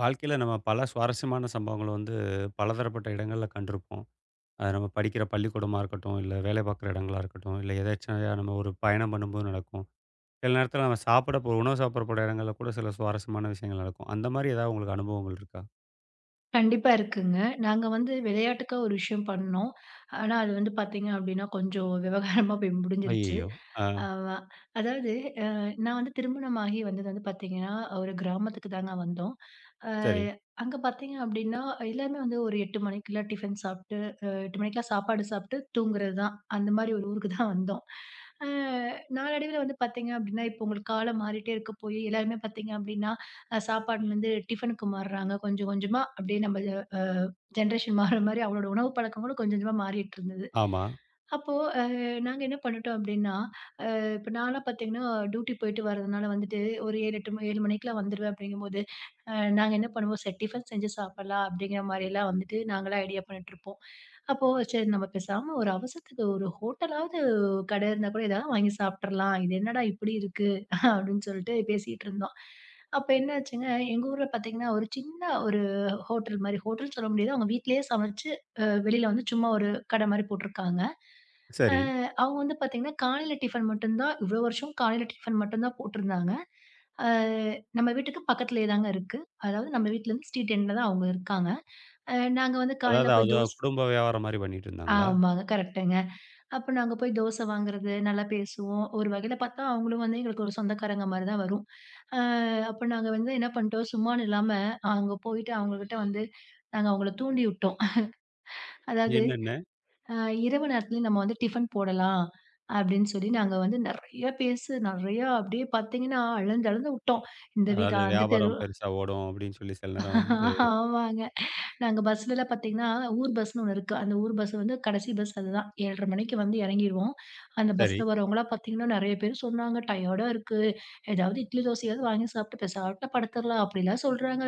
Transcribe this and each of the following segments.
வாழ்க்கையில நம்ம பல சுவாரஸ்யமான சம்பவங்கள வந்து பலதரப்பட்ட இடங்கள்ல கண்டிருப்போம். அது நம்ம படிக்கிற பள்ளிக்கூடமா இருக்கட்டும், இல்ல வேலை பார்க்குற இடங்களா இருக்கட்டும், இல்ல எதேர்ச்சையா நம்ம ஒரு பயணம் பண்ணும்போது நடக்கும். சில நேரத்தில நம்ம சாப்பிட போ உணவு சாப்பிட போற இடங்கள்ல கூட சில சுவாரஸ்யமான விஷயங்கள் நடக்கும். அந்த மாரி ஏதாவது உங்களுக்கு அனுபவங்கள் இருக்கா? கண்டிப்பா இருக்குங்க. நாங்க வந்து விளையாட்டுக்கா ஒரு விஷயம் பண்ணோம். ஆனா அது வந்து பார்த்தீங்க அப்டின்னா, கொஞ்சம் விவகாரமா போய் முடிஞ்சிருச்சு. ஐயய்யோ! ஆ, அ அதாவது அ நான் வந்து திருமணமாகி வந்தது வந்து பார்த்தீங்கன்னா, ஒரு கிராமத்துக்கு தாங்க வந்தோம். அ சரி. அங்க பார்த்தீங்க அப்டின்னா, எல்லாருமே வந்து ஒரு 8 மணிக்குலாம் டிஃபன் சாப்ட்டு, 8 மணிக்கெல்லாம் சாப்பாடு சாப்ட்டு தூங்குறது தான். அந்த மாரி ஒரு ஊருக்கு தான் வந்தோம். அ நாளடைவில வந்து பார்த்தீங்க அப்டின்னா, இப்போ உங்களுக்கு காலம் மாறிட்டே இருக்க போய் எல்லாருமே பார்த்தீங்க அப்டின்னா சாப்பாடுலேருந்து டிஃபனுக்கு மாறுறாங்க. கொஞ்சம் கொஞ்சமா அப்படியே நம்ம அ ஜெனரேஷன் மாற மாரி அவளோட உணவு பழக்கங்களும் கொஞ்சம் கொஞ்சமா மாறிட்டு இருந்தது. ஆமா. அப்போ அ நாங்க என்ன பண்ணிட்டோம் அப்படின்னா, இப்ப நான்லாம் பார்த்தீங்கன்னா, டியூட்டி போயிட்டு வரதுனால வந்துட்டு ஒரு 7, 8 7 மணிக்கெல்லாம் வந்துருவேன் அப்படிங்கும்போது, அ நாங்க என்ன பண்ணுவோம், "சரி டிஃபன் செஞ்சு சாப்பிடலாம்" அப்படிங்கிற மாரிலாம் வந்துட்டு நாங்கலாம் ஐடியா பண்ணிட்டுருப்போம். அப்போ சரி நம்ம பேசாம ஒரு அவசரத்துக்கு ஒரு ஹோட்டலாவது கடை இருந்தா கூட ஏதாவது வாங்கி சாப்பிட்றலாம். இது என்னடா இப்படி இருக்கு? அப்படின்னு சொல்லிட்டு பேசிட்டு இருந்தோம். அப்ப என்ன ஆச்சுங்க, எங்க ஊர்ல பார்த்தீங்கன்னா, ஒரு சின்ன ஹோட்டல் மாரி சொல்ல முடியாது. அவங்க வீட்லயே சமைச்சு, வெளியில வந்து சும்மா ஒரு கடை மாரி போட்டுருக்காங்க. அ சரி. அவங்க வந்து பார்த்தீங்கன்னா, காலையில டிஃபன் மட்டும் தான் போட்டிருந்தாங்க. அ நம்ம வீட்டுக்கு பக்கத்திலேயே தாங்க இருக்கு. அதாவது நம்ம வீட்ல இருந்து ஸ்ட்ரீட் எண்ட்ல தான் அவங்க இருக்காங்க. நாங்க வந்து அதாவது காலையில போய் அது குடும்ப வியாபாரம் மாரி பண்ணிட்டு இருந்தாங்களா? ஆமாங்க. கரெக்ட்டுங்க. அப்ப நாங்க போய் தோசை வாங்குறது, நல்லா பேசுவோம். ஒரு வகையில பார்த்தா, அவங்களும் வந்து எங்களுக்கு ஒரு சொந்தக்காரங்க மாரி தான் வரும். அ அப்ப நாங்க வந்து என்ன பண்ணிட்டோம், சும்மான்னு இல்லாம அங்க போயிட்டு அவங்ககிட்ட வந்து நாங்க அவங்கள தூண்டி விட்டோம். அதாவது என்னென்ன? அ இரவு நேரத்துலயும் நம்ம வந்து டிஃபன் போடலாம் அப்படின்னு சொல்லி நாங்க வந்து நெறையா அப்படியே பார்த்தீங்கன்னா, அளந்து அளந்து விட்டோம். இந்த வீடு அதாவது அந்த தெரு வியாபாரம் பெருசா ஓடும் அப்படின்னு சொல்லி சில நேரம் வந்து ஆமாங்க. நாங்க பஸ்லலாம் பார்த்தீங்கன்னா, ஊர் பஸ்ன்னு ஒண்ணு இருக்கு. அந்த ஊர் பஸ் வந்து கடைசி பஸ் அதுதான். 7:30 மணிக்கு வந்து இறங்கிருவோம். அந்த சரி. பஸ்ல வரவங்கலாம் பார்த்தீங்கன்னா, நெறைய பேர் சொன்னாங்க, "டயர்டா இருக்கு. ஏதாவது இட்லி, தோசையாவது வாங்கி சாப்பிட்டு பெசாட்ட படுத்துறலாம்." அப்படிலாம் சொல்றாங்க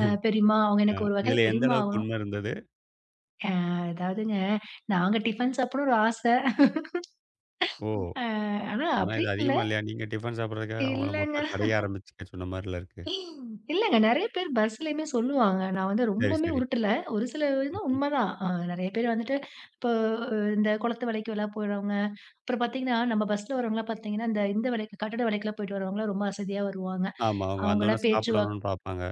பெரியம்மா. அவங்க அ எனக்கு ஒரு வகையில இதுல எந்த பெரியம்மா அளவுக்கு ஆகணும். உண்மை இருந்தது? அ அதாவதுங்க, நாங்க டிஃபன் சாப்பிடணும்னு ஒரு ஆசை. ஓ! அ ஆனா ஆனா, இது அப்படின்னு இல்ல. அதிகமா இல்லையா? நீங்க டிஃபன் சாப்பிடுறதுக்காக அவங்கள இல்லங்க. மொத்த கடைய ஆரம்பிச்சுக்க சொன்ன மாரில இருக்கு. இல்லங்க. நெறைய பேர் பஸ்லயுமே சொல்லுவாங்க. நான் வந்து சரி, ரொம்பவுமே சரி. உருட்டல. ஒரு சில இது ம்ஹ்ம். உண்மதான். நெறைய பேர் வந்துட்டு இப்போ இந்த குளத்து வேலைக்கு எல்லாம் போயிடுறவங்க, அப்புறம் பார்த்தீங்கன்னா, நம்ம பஸ்ல வரவங்கலாம் பார்த்தீங்கன்னா, இந்த இந்த வேலைக்கு கட்டட வேலைக்குலாம் போயிட்டு வரவங்கலாம் ரொம்ப அசதியா வருவாங்க. ஆமா. அவங்க வந்தோனே அவங்களாம் பேச்சுவாக் சாப்பிடணும்னு பார்ப்பாங்க.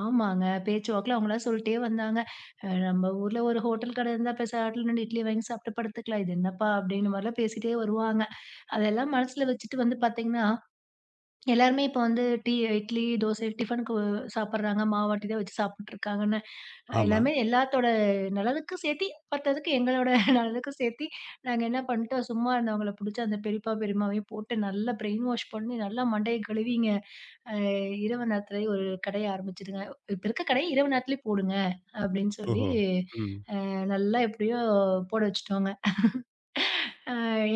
ஆமாங்க. பேச்சுவாக்குல அவங்களாம் சொல்லிட்டே வந்தாங்க. நம்ம ஊர்ல ஒரு ஹோட்டல் கடை இருந்தா பேசாட்ல நின்னு இட்லி வாங்கி சாப்பிட்டு படுத்துக்கலாம். இது என்னப்பா?" அப்படின்னு மாரிலாம் பேசிட்டே வருவாங்க. அதெல்லாம் மனசுல வச்சுட்டு வந்து பார்த்தீங்கன்னா, எல்லாருமே இப்ப வந்து டீ, இட்லி, தோசை, டிஃபனுக்கு சாப்பிடுறாங்க. மாவாட்டி தான் வச்சு சாப்பிட்டுருக்காங்கன்னு. ஆமா. எல்லாமே எல்லாத்தோட நலனுக்கும் சேர்த்தி, பத்தாததுக்கு எங்களோட நலனுக்கும் சேர்த்தி, நாங்க என்ன பண்ணிட்டோம், சும்மா இருந்தவங்கள புடிச்சு அந்த பெரியப்பா, பெரியம்மாவையும் போட்டு நல்லா பிரெயின் வாஷ் பண்ணி, நல்லா மண்டைய கழுவிங்க. அ இரவு நேரத்திலேயே ஒரு கடைய ஆரம்பிச்சுடுங்க. இப்ப இருக்க கடைய இரவு நேரத்திலேயே போடுங்க, அப்படின்னு சொல்லி, ஓஹோ! ம். நல்லா எப்படியோ போட வச்சுட்டோங்க.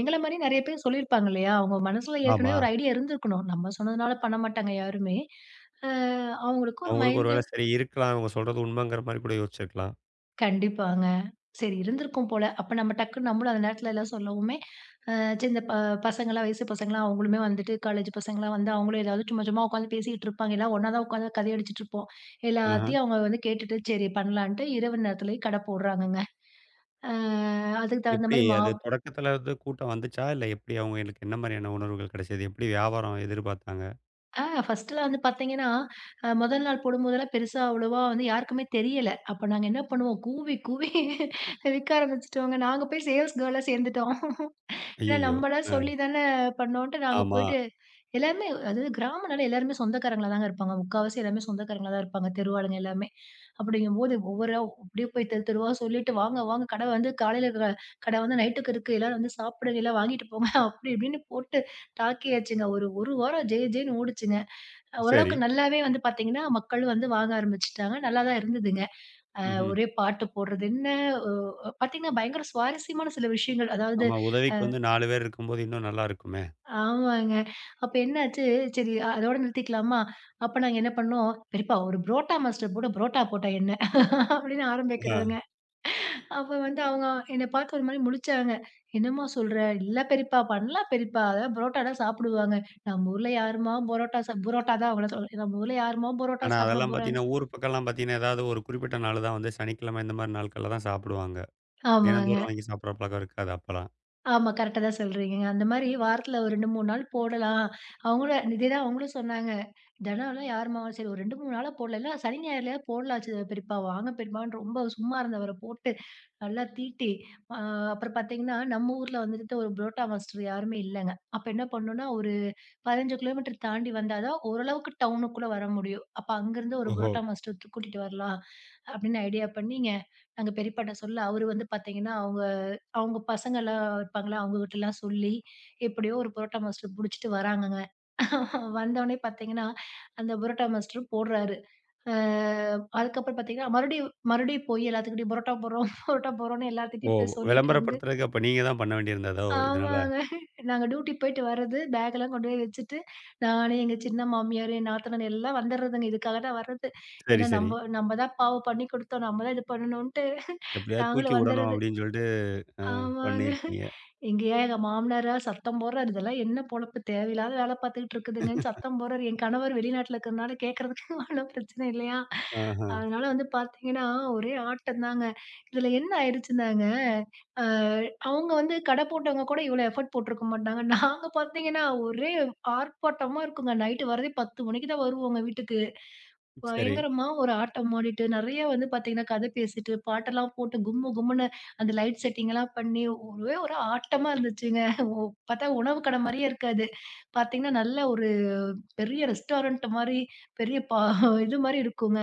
எங்கள மாரி நெறைய பேர் சொல்லியிருப்பாங்க இல்லையா? அவங்க மனசுல ஆமா. ஏற்கனவே ஒரு ஐடியா இருந்திருக்கணும். நம்ம சொன்னதுனால பண்ண மாட்டாங்க யாருமே. அ அவங்களுக்கு ஒரு அவங்களுக்கு ஒரு மைண்ட்ல வேளை சரி இருக்கலாம். அவங்க சொல்றது உண்மைங்கிற மாரி கூட யோசிச்சிருக்கலாம். கண்டிப்பாங்க. சரி இருந்திருக்கும் போல. அப்ப நம்ம டக்குன்னு நம்மளும் அந்த நேரத்துல எல்லாம் சொல்லவுமே, அ சரி இந்த ப பசங்கலாம் வயசு பசங்கலாம் அவங்களுமே வந்துட்டு காலேஜ் பசங்கலாம் வந்து அவங்களும் ஏதாவது சும்மா சும்மா உட்காந்து பேசிக்கிட்டு இருப்பாங்க. எல்லாம் ஒண்ணா தான் உட்காந்து கதை அடிச்சுட்டு இருப்போம். ஆஹ. எல்லாத்தையும் அவங்க வந்து கேட்டுட்டு சரி பண்ணலான்ட்டு இரவு நேரத்துலயே கடை போடுறாங்கங்க. அ அதுக்கு தகுந்த எப்படி மாரி அது மாவு தொடக்கத்துல வந்து கூட்டம் வந்துச்சா? இல்ல எப்படி அவங்களுக்கு என்ன மாரியான உணர்வுகள் கிடைச்சது? எப்படி வியாபாரம் எதிர்பார்த்தாங்க? ஆ ஃபர்ஸ்ட்டுலாம் வந்து பார்த்தீங்கன்னா, முதல் நாள் போடும்போதெல்லாம் பெருசா அவ்வளவா வந்து யாருக்குமே தெரியல. அப்ப நாங்க என்ன பண்ணுவோம், கூவி கூவி விக்க ஆரம்பிச்சுட்டோங்க. நாங்க போய் சேல்ஸ் கேர்லா சேர்ந்துட்டோம். ஏன்னா ஐய்யய்யோ! நம்மளா அ. சொல்லி தானே பண்ணோன்ட்டு நாங்க ஆமா. போயிட்டு எல்லாருமே அதாவது கிராமம்னால எல்லாருமே சொந்தக்காரங்களா தாங்க இருப்பாங்க. முக்காவாசி எல்லாமே சொந்தக்காரங்களா தான் இருப்பாங்க, தெருவாளுங்க எல்லாமே. அப்படிங்கும்போது அப்படியே போய் தெரு தெருவா சொல்லிட்டு, "வாங்க வாங்க கடை வந்து காலையில இருக்கிற கடை வந்து நைட்டுக்கு இருக்கு. எல்லாரும் வந்து சாப்பிடுங்க, எல்லாம் வாங்கிட்டு போங்க" அப்படி இப்படின்னு போட்டு டாக்கியாச்சுங்க. ஒரு ஒரு வாரம் ஜே ஜேன்னு ஓடுச்சுங்க. சரி. ஓரளவுக்கு நல்லாவே வந்து பார்த்தீங்கன்னா, மக்களும் வந்து வாங்க ஆரம்பிச்சுட்டாங்க. நல்லா தான் இருந்ததுங்க. ம்ஹ்ம். ஒரே பாட்டு போடுறது என்ன, ஒ பார்த்தீங்கன்னா, பயங்கர சுவாரஸ்யமான சில விஷயங்கள். அதாவது ஆமா. அ உதவிக்கு வந்து 4 பேர் இருக்கும்போது இன்னும் நல்லா இருக்குமே! ஆமாங்க. அப்ப என்னாச்சு, அதோட நிறுத்திக்கலாமா? அப்ப நாங்க என்ன பண்ணோம், "பெரியப்பா ஒரு புரோட்டா மாஸ்டர் போடு, புரோட்டா போட்டா என்ன?" அப்படின்னு ஆரம்பிக்கிறோங்க. அ. அப்ப வந்து அவங்க என்ன பார்த்து ஒரு மாரி முழிச்சாங்க. "என்னம்மா சொல்ற?" "இல்ல பெரியப்பா, பண்ணலாம் பெரியப்பா. அதான் புரோட்டா தான் சாப்பிடுவாங்க. நம்ம ஊர்ல யாரும்மா புரோட்டா சாப் புரோட்டா தான் அவங்கள சொல்றேன். நம்ம ஊர்ல யாரும்மா புரோட்டா ஆனா, சாப்பிட அதெல்லாம் போறாங்க?" பார்த்தீங்கன்னா, ஊர் பக்கம்லாம் பார்த்தீங்கன்னா, ஏதாவது ஒரு குறிப்பிட்ட நாள் தான் வந்து சனிக்கிழமை இந்த மாரி நாட்கள்ல தான் சாப்பிடுவாங்க. ஆமாங்க. தினந்தோறும் வாங்கி சாப்பிடுற பழக்கம் இருக்காது அப்பலாம். ஆமா. கரெக்ட்டா தான் சொல்றீங்கங்க. அந்த மாரி வாரத்துல ஒரு 2, 3 நாள் போடலாம். அவங்களும் சொன்னாங்க. தினம்லாம் யாரும்மா சரி ஒரு 2, 3 நாளா போடல. இல்ல சனி, ஞாயிறுலயாவது போடலாச்சு பெரியப்பா. வாங்க பெரியப்பான்னு ரொம்ப சும்மா இருந்தவர போட்டு, நல்லா தீட்டி, அ அப்புறம் பார்த்தீங்கன்னா, நம்ம ஊர்ல வந்துட்டு ஒரு புரோட்டா மாஸ்டர் யாருமே இல்லங்க. அப்ப என்ன பண்ணோம்னா, ஒரு 15 கிலோமீட்டர் தாண்டி வந்தா தான் ஓரளவுக்கு டவுனுக்குள்ள வர முடியும். அப்ப அங்கருந்து ஒரு ஓஹோ! புரோட்டா மாஸ்டர் கூட்டிட்டு வரலாம், அப்படின்னு ஐடியா பண்ணிங்க, நாங்க பெரியப்பாட்ட சொல்ல அவரு வந்து பார்த்தீங்கன்னா, அவங்க அவங்க பசங்கலாம் இருப்பாங்களா, அவங்க கிட்டலாம் சொல்லி, எப்படியோ ஒரு புரோட்டா மாஸ்டர் புடிச்சிட்டு வராங்கங்க. வந்தோனே பார்த்தீங்கன்னா, அந்த புரோட்டா மாஸ்டர் போடுறாரு. அ அதுக்கப்புறம் பார்த்தீங்கன்னா, மறுபடியும் மறுபடியும் போய் எல்லாத்துக்கிட்டயும் புரோட்டா போடுறோம், புரோட்டா போடுறோம்ன்னு ஓ! எல்லாத்துக்கிட்டயும் போய் சொல்லிட்டு வந்து விளம்பரப்படுத்துறதுக்கு அப்ப நீங்க தான் பண்ண வேண்டியிருந்ததோ! இதனால. ஆமாங்க. நாங்க டியூட்டி போயிட்டு வர்றது, பேக்லாம் கொண்டு போய் வச்சுட்டு, நானு, எங்க சின்ன மாமியார், என் நாத்தனார் எல்லாம் வந்துடுறதுங்க. இதுக்காக தான் வர்றது. சரி, ஏன்னா சரி. நம்ப நம்ப தான் பாவம் பண்ணி குடுத்தோம். நம்ம தான் இது பண்ணணுன்ட்டு எப்படியாவது தூக்கி நாங்களும் விடணும் வந்துடுறது. அப்படின்னு சொல்லிட்டு அ ஆமாங்க. பண்ணியிருக்கீங்க. எங்க மாமனாரா சத்தம் போடுறாரு. "இதெல்லாம் என்ன பொழப்பு? தேவையில்லாத வேல பார்த்துக்கிட்டு இருக்குதுங்கன்னு" சத்தம் போடுறாரு. என் கணவர் வெளிநாட்டுல இருக்கிறனால கேட்கறதுக்கு அவ்வளவு பிரச்சனை இல்லையா? ஆஹா. அதனால வந்து பார்த்தீங்கன்னா, ஒரே ஆட்டம்தாங்க. இதுல என்ன ஆயிடுச்சுன்னாங்க, அ அவங்க வந்து கடை போட்டவங்க கூட இவ்வளோ எஃபோர்ட் போட்டிருக்க மாட்டாங்க. நாங்க பார்த்தீங்கன்னா, ஒரே ஆர்ப்பாட்டமா இருக்குங்க. நைட்டு வரதே 10 மணிக்கு தான் வருவோங்க வீட்டுக்கு. சரி. பயங்கரமா ஒரு ஆட்டம் ஆடிட்டு, நெறைய வந்து பார்த்தீங்கன்னா, கதை பேசிட்டு, பாட்டெல்லாம் போட்டு கும்மு கும்முன்னு அந்த லைட் செட்டிங்லாம் பண்ணி, ஒரே ஒரு ஆட்டமா இருந்துச்சுங்க. பார்த்தா உணவு கடை மாரியே இருக்காது. பார்த்தீங்கன்னா, நல்ல ஒரு பெரிய ரெஸ்டாரண்ட் மாரி, பெரிய பா இது மாரி இருக்குங்க.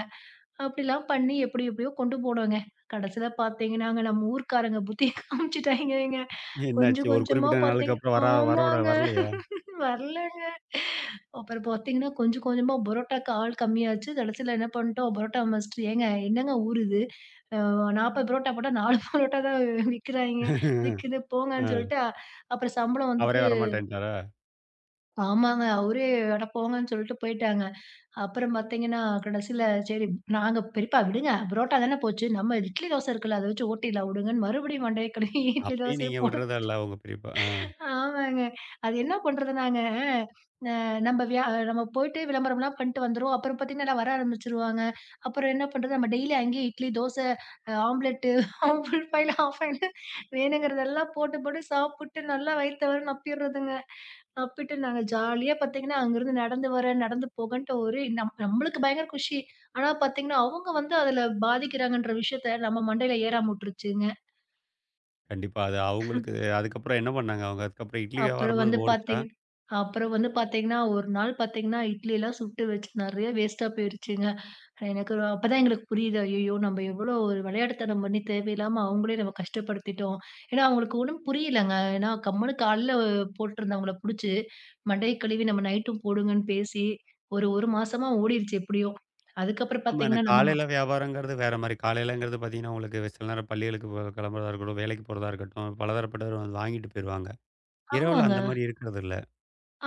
அப்படிலாம் பண்ணி எப்படி எப்படியோ கொண்டு போனோங்க. கடைசியில பார்த்தீங்கன்னாங்க, நம்ம ஊர்க்காரங்க புத்திய காமிச்சுட்டாய்ங்கங்க. என்னாச்சு? கொஞ்சம் ஒரு கொஞ்சமா குறிப்பிட்ட நாளுக்கு பார்த்தீங்க அப்புறம் வரா வரவிட ஆமாங்க. வரலையா? வரலங்க. அப்புறம் பார்த்தீங்கன்னா, கொஞ்சம் கொஞ்சமா பரோட்டாக்கு ஆள் கம்மியாச்சு. கடைசில என்ன பண்ணிட்டோம், பரோட்டா மாஸ்டர் "ஏங்க என்னங்க ஊர் இது? அ 40 பரோட்டா போட்டா 4 பரோட்டா தான் விக்கிறாய்ங்க. விக்குது போங்கன்னு" அ சொல்லிட்டு அப்புறம் சம்பளம் அவரே வந்துட்டு வரமாட்டேன்ட்டாரா? ஆமாங்க. அவரே "அட போங்கன்னு" சொல்லிட்டு போயிட்டாங்க. அப்புறம் பார்த்தீங்கன்னா, கடைசில சரி நாங்க "பெரியப்பா விடுங்க. பரோட்டா தானே போச்சு. நம்ம இட்லி தோசை இருக்குல்ல, அத வச்சு ஓட்டிடலாம் விடுங்கன்னு" மறுபடியும் மண்டைய கழுவி இட்லி அப்பயும் நீங்க தோசையும் போட விடுறதா இல்ல உங்க பெரியப்பா? ஆ. ஆமாங்க. அது என்ன பண்றது நாங்க, அ நம்ப வியா நம்ம போயிட்டு விளம்பரம்லாம் பண்ணிட்டு வந்துருவோம். அப்புறம் பார்த்தீங்கன்னா, வர ஆரம்பிச்சுருவாங்க. அப்புறம் என்ன பண்றது, நம்ம டெய்லி அங்கேயே idli, dosa, omelette full boil, half ஃபைல்னு வேணுங்கிறதெல்லாம் போட்டு, போட்டு சாப்பிட்டு நல்லா வயித்தவர நப்பிடுறதுங்க. நப்பிட்டு நாங்க ஜாலியா பார்த்தீங்கன்னா, அங்கேருந்து நடந்து வரேன், நடந்து போகன்ட்டு ஒரு நம் நம்மளுக்கு பயங்கர குஷி. ஆனா பார்த்தீங்கன்னா, அவங்க வந்து அதில பாதிக்கிறாங்கன்ற விஷயத்த நம்ம மண்டையில ஏறாம உட்டுருச்சுங்க. கண்டிப்பா. அது அவங்களுக்கு அதுக்கப்புறம் என்ன பண்ணாங்க அவங்க? அதுக்கப்புறம் இட்லி அப்புறம் வந்து வியாபாரமாவது ஓடுச்சா? பார்த்தீங்க அப்புறம் வந்து பார்த்தீங்கன்னா, ஒரு நாள் பார்த்தீங்கன்னா, இட்லிலாம் சுட்டு வச்சு நெறைய வேஸ்ட்டா போயிருச்சுங்க. அப்பதான் எங்களுக்கு புரியுது. ஐயய்யோ! நம்ம எவ்வளோ ஒரு விளையாட்டுத்தனம் பண்ணி தேவையில்லாம அவங்களே நம்ம கஷ்டப்படுத்திட்டோம். ஏன்னா, அவங்களுக்கு ஒண்ணும் புரியலங்க. ஏன்னா, கம்முனு காலைல போட்டிருந்தவங்கள புடிச்சு, மண்டைய கழுவி நம்ம நைட்டும் போடுங்கன்னு பேசி, ஒரு 1 மாசமா ஓடிருச்சு எப்படியோ. அதுக்கப்புறம் ஆமா. ஏன்னா பார்த்தீங்கன்னா, நம்ம ம காலையில வியாபாரங்கிறது வேற மாரி. காலையிலங்கிறது பார்த்தீங்கன்னா, உங்களுக்கு சில நேரம் பள்ளிகளுக்கு போ கிளம்புறதா இருக்கட்டும், வேலைக்கு போறதா இருக்கட்டும், பலதரப்பட்டவர் வந்து வாங்கிட்டு போயிருவாங்க. இரவுல ஆமாங்க. அந்த மாரி இருக்கிறதில்ல.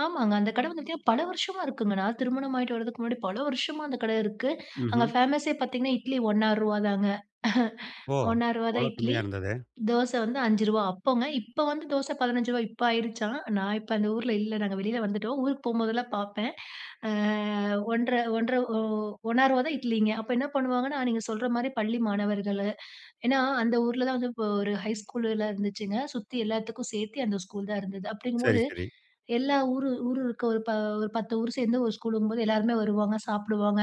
ஆமாங்க. அந்த கடை வந்து பார்த்தீங்கன்னா, பல வருஷமா இருக்குங்க. நான் திருமணம் ஆயிட்டு வரதுக்கு முன்னாடி பல வருஷமா அந்த கடை இருக்கு. அங்க ம்ஹ்ம். ஃபேமஸே பார்த்தீங்கன்னா, இட்லி ரூ. 1.50 தாங்க. ஓ! ரூ. 1.50 தான் அவ்வளோ இட்லி. கம்மியா இருந்தது. தோசை வந்து ரூ. 5 அப்போங்க. இப்ப வந்து தோசை ரூ. 15 இப்ப ஆயிருச்சாம். நான் இப்ப அந்த ஊர்ல இல்ல. நாங்க வெளியில வந்துட்டோம். ஊருக்கு போம்போதெல்லாம் பார்ப்பேன். அ 1 1 1.50 தான் இட்லிங்க. அப்ப என்ன பண்ணுவாங்கன்னா, நீங்க சொல்ற மாரி பள்ளி மாணவர்கள ஏன்னா, அந்த ஊர்ல தான் வந்து இப்போ ஒரு ஹை ஸ்கூல்ல இருந்துச்சுங்க. சுத்தி எல்லாத்துக்கும் சேர்த்து அந்த ஸ்கூல் தான் இருந்தது. சரி, அப்படிங்கும்போது, சரி. எல்லா ஊரு ஊரு இருக்க ஒரு ப ஒரு 10 ஊர் சேர்ந்து ஒரு ஸ்கூலுங்கும்போது எல்லாருமே வருவாங்க, சாப்பிடுவாங்க.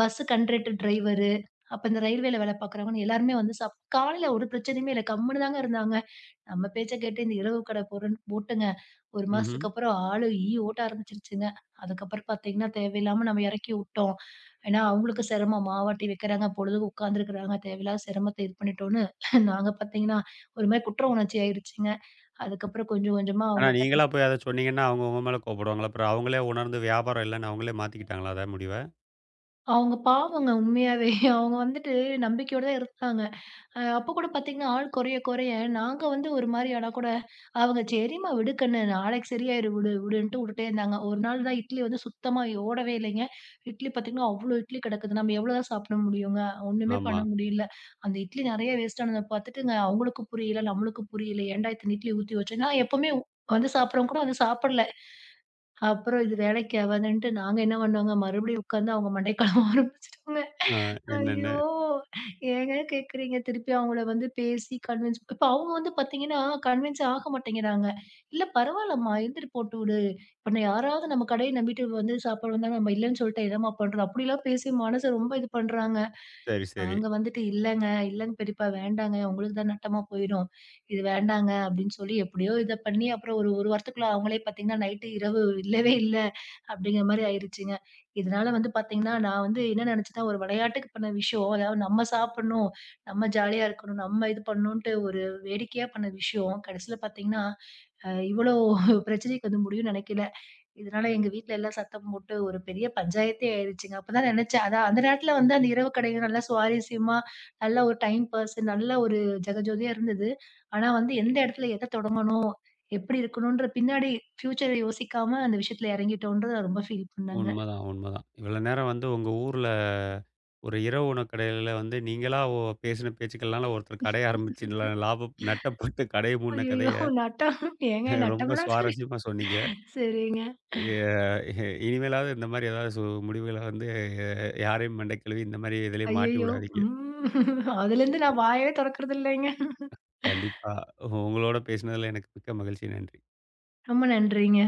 பஸ் கண்டக்டர், டிரைவரு, அப்ப இந்த ரயில்வேல வேலை பார்க்குறவங்கன்னு எல்லாருமே வந்து காலையில ஒரு பிரச்சனையுமே இல்ல. கம்முனு தாங்க இருந்தாங்க. நம்ம பேச்ச கேட்டு இந்த இரவு கடை போறேன்னு போட்டுங்க. 1 ம்ஹ்ம். மாசத்துக்கு அப்புறம் ஆளு ஈ ஓட்ட ஆரம்பிச்சுருச்சுங்க. அதுக்கப்புறம் பார்த்தீங்கன்னா, தேவையில்லாம நம்ம எறக்கி உட்டோம். ஏன்னா, அவங்களுக்கு சிரமம் மாவாட்டி வைக்கிறாங்க, பொழுதுக்கு உட்காந்துருக்குறாங்க, தேவையில்லாத சிரமத்த இது பண்ணிட்டோன்னு, நாங்க பார்த்தீங்கன்னா, ஒரு மாரி குற்ற உணர்ச்சி ஆயிருச்சுங்க. அதுக்கப்புறம் கொஞ்சம் கொஞ்சமா ஆனா அவங்கட்ட நீங்களா போய் அத சொன்னீங்கன்னா, அவங்க உங்க மேல கோப்படுவாங்களா? அப்புறம் அவங்களே உணர்ந்து வியாபாரம் இல்லன்னு அவங்களே மாத்திக்கிட்டாங்களா அத முடிவ? அவங்க பாவங்க உண்மையாவே. அவங்க வந்துட்டு நம்பிக்கையோட தான் இருந்தாங்க. அப்ப கூட பார்த்தீங்கன்னா, ஆள் குறைய குறைய நாங்க வந்து ஒரு மாரி ஆனா கூட, அவங்க "சரிம்மா விடு கண்ணு, நாளைக்கு சரியாயிரும் விடு" விடுன்ட்டு வுட்டுட்டே இருந்தாங்க. ஒரு நாள் தான் இட்லி வந்து சுத்தமா ஓடவே இல்லைங்க. இட்லி பார்த்தீங்கன்னா, அவ்ளோ இட்லி கிடக்குது. நம்ம எவ்ளோ தான் சாப்பிட முடியுங்க? ஒண்ணுமே ஆமா. பண்ண முடியல. அந்த இட்லி நெறைய வேஸ்ட் ஆனத பார்த்துட்டுங்க, அவங்களுக்கும் புரியல, நம்மளுக்கும் புரியல. "ஏன்டா இத்தன இட்லி ஊத்தி வச்சோம்?" நான் எப்பவுமே வந்து சாப்பிடுறவங்க கூட வந்து சாப்பிடல. அப்புறம் இது வேலைக்கு ஆவாதுன்ட்டு நாங்க என்ன பண்ணோங்க, மறுபடியும் உட்காந்து அவங்க மண்டைய கழுவ ஆரம்பிச்சுட்டோங்க. அ என்னன்னு. ஐயோ! ஏங்க கேட்குறீங்க? திருப்பி அவங்கள வந்து பேசி கன்வின்ஸ் இப்ப அவங்க வந்து பார்த்தீங்கன்னா, கன்வின்ஸ் ஆக மாட்டேங்கிறாங்க. "இல்ல பரவாயில்லம்மா, எழுந்திரி போட்டு விடு. இப்ப நான் யாராவது நம்ம கடைய நம்பிட்டு வந்து சாப்பாடு வந்தா நம்ம இல்லன்னு சொல்லிட்டா என்னம்மா பண்றது?" அப்படிலாம் பேசி மனச ரொம்ப இது பண்றாங்க. சரி, சரி. நாங்க வந்துட்டு, "இல்லங்க, இல்லங்க பெரியப்பா வேண்டாங்க. உங்களுக்கு தான் நட்டமா போயிரும். இது வேண்டாங்க." அப்படின்னு சொல்லி எப்படியோ இத பண்ணி அப்புறம் ஒரு 1 வாரத்துக்குள்ள அவங்களே பார்த்தீங்கன்னா, நைட்டு இரவு இல்லவே இல்ல. அப்படிங்கிற மாரி ஆயிருச்சுங்க. இதனால வந்து பார்த்தீங்கன்னா, நான் வந்து என்ன நெனச்சேன்னா, ஒரு விளையாட்டுக்கு பண்ண விஷயம், அதாவது நம்ம சாப்பிடணும், நம்ம ஜாலியா இருக்கணும், நம்ம இது பண்ணணுன்ட்டு ஒரு வேடிக்கையா பண்ண விஷயம், கடைசில பார்த்தீங்கன்னா, இவ்வளோ பிரச்சனைக்கு வந்து முடியும்னு நெனைக்கல. இதனால எங்க வீட்ல எல்லாம் சத்தம் போட்டு ஒரு பெரிய பஞ்சாயத்தே ஆயிருச்சுங்க. அப்பதான் நினைச்சேன், அதான் அந்த நேரத்துல வந்து அந்த இரவு கடைகள் நல்லா சுவாரஸ்யமா, நல்ல ஒரு டைம் பாஸ், நல்ல ஒரு ஜகஜோதியா இருந்தது. ஆனா வந்து எந்த இடத்துல எத தொடங்கணும்? எப்படி இருக்கணும்ன்ற பின்னாடி ஃபியூச்சர யோசிக்காம அந்த விஷயத்துல இறங்கிட்டோன்றத ரொம்ப ஃபீல் பண்ணேங்க. உண்மதான், உண்மதான். இவ்வளோ நேரம் வந்து உங்க ஊர்ல ஒரு இரவு உணவு கடையில வந்து நீங்களா பேசின பேச்சுக்கள்னால ஒருத்தர் கடைய ஆரம்பிச்சு லாபம் நட்டப்பட்டு கடைய மூடுன ஐயய்யோ! கதைய நட்டம் ஏங்க ரொம்ப நட்டம்னா சுவாரஸ்யமா சொன்னீங்க. சரிங்க. எ எ- இனிமேலாவது இந்த மாரி ஏதாவது முடிவுகள வந்து யாரையும் மண்ட கழுவி இந்த மாரி இதுலயும் மாட்டி ஐயய்யோ! விடாதீங்க. ம். அதுலேருந்து நான் வாயவே தொறக்கறது இல்லைங்க. கண்டிப்பா. உங்களோட பேசினதுல எனக்கு மிக்க மகிழ்ச்சி. நன்றி. ரொம்ப நன்றிங்க.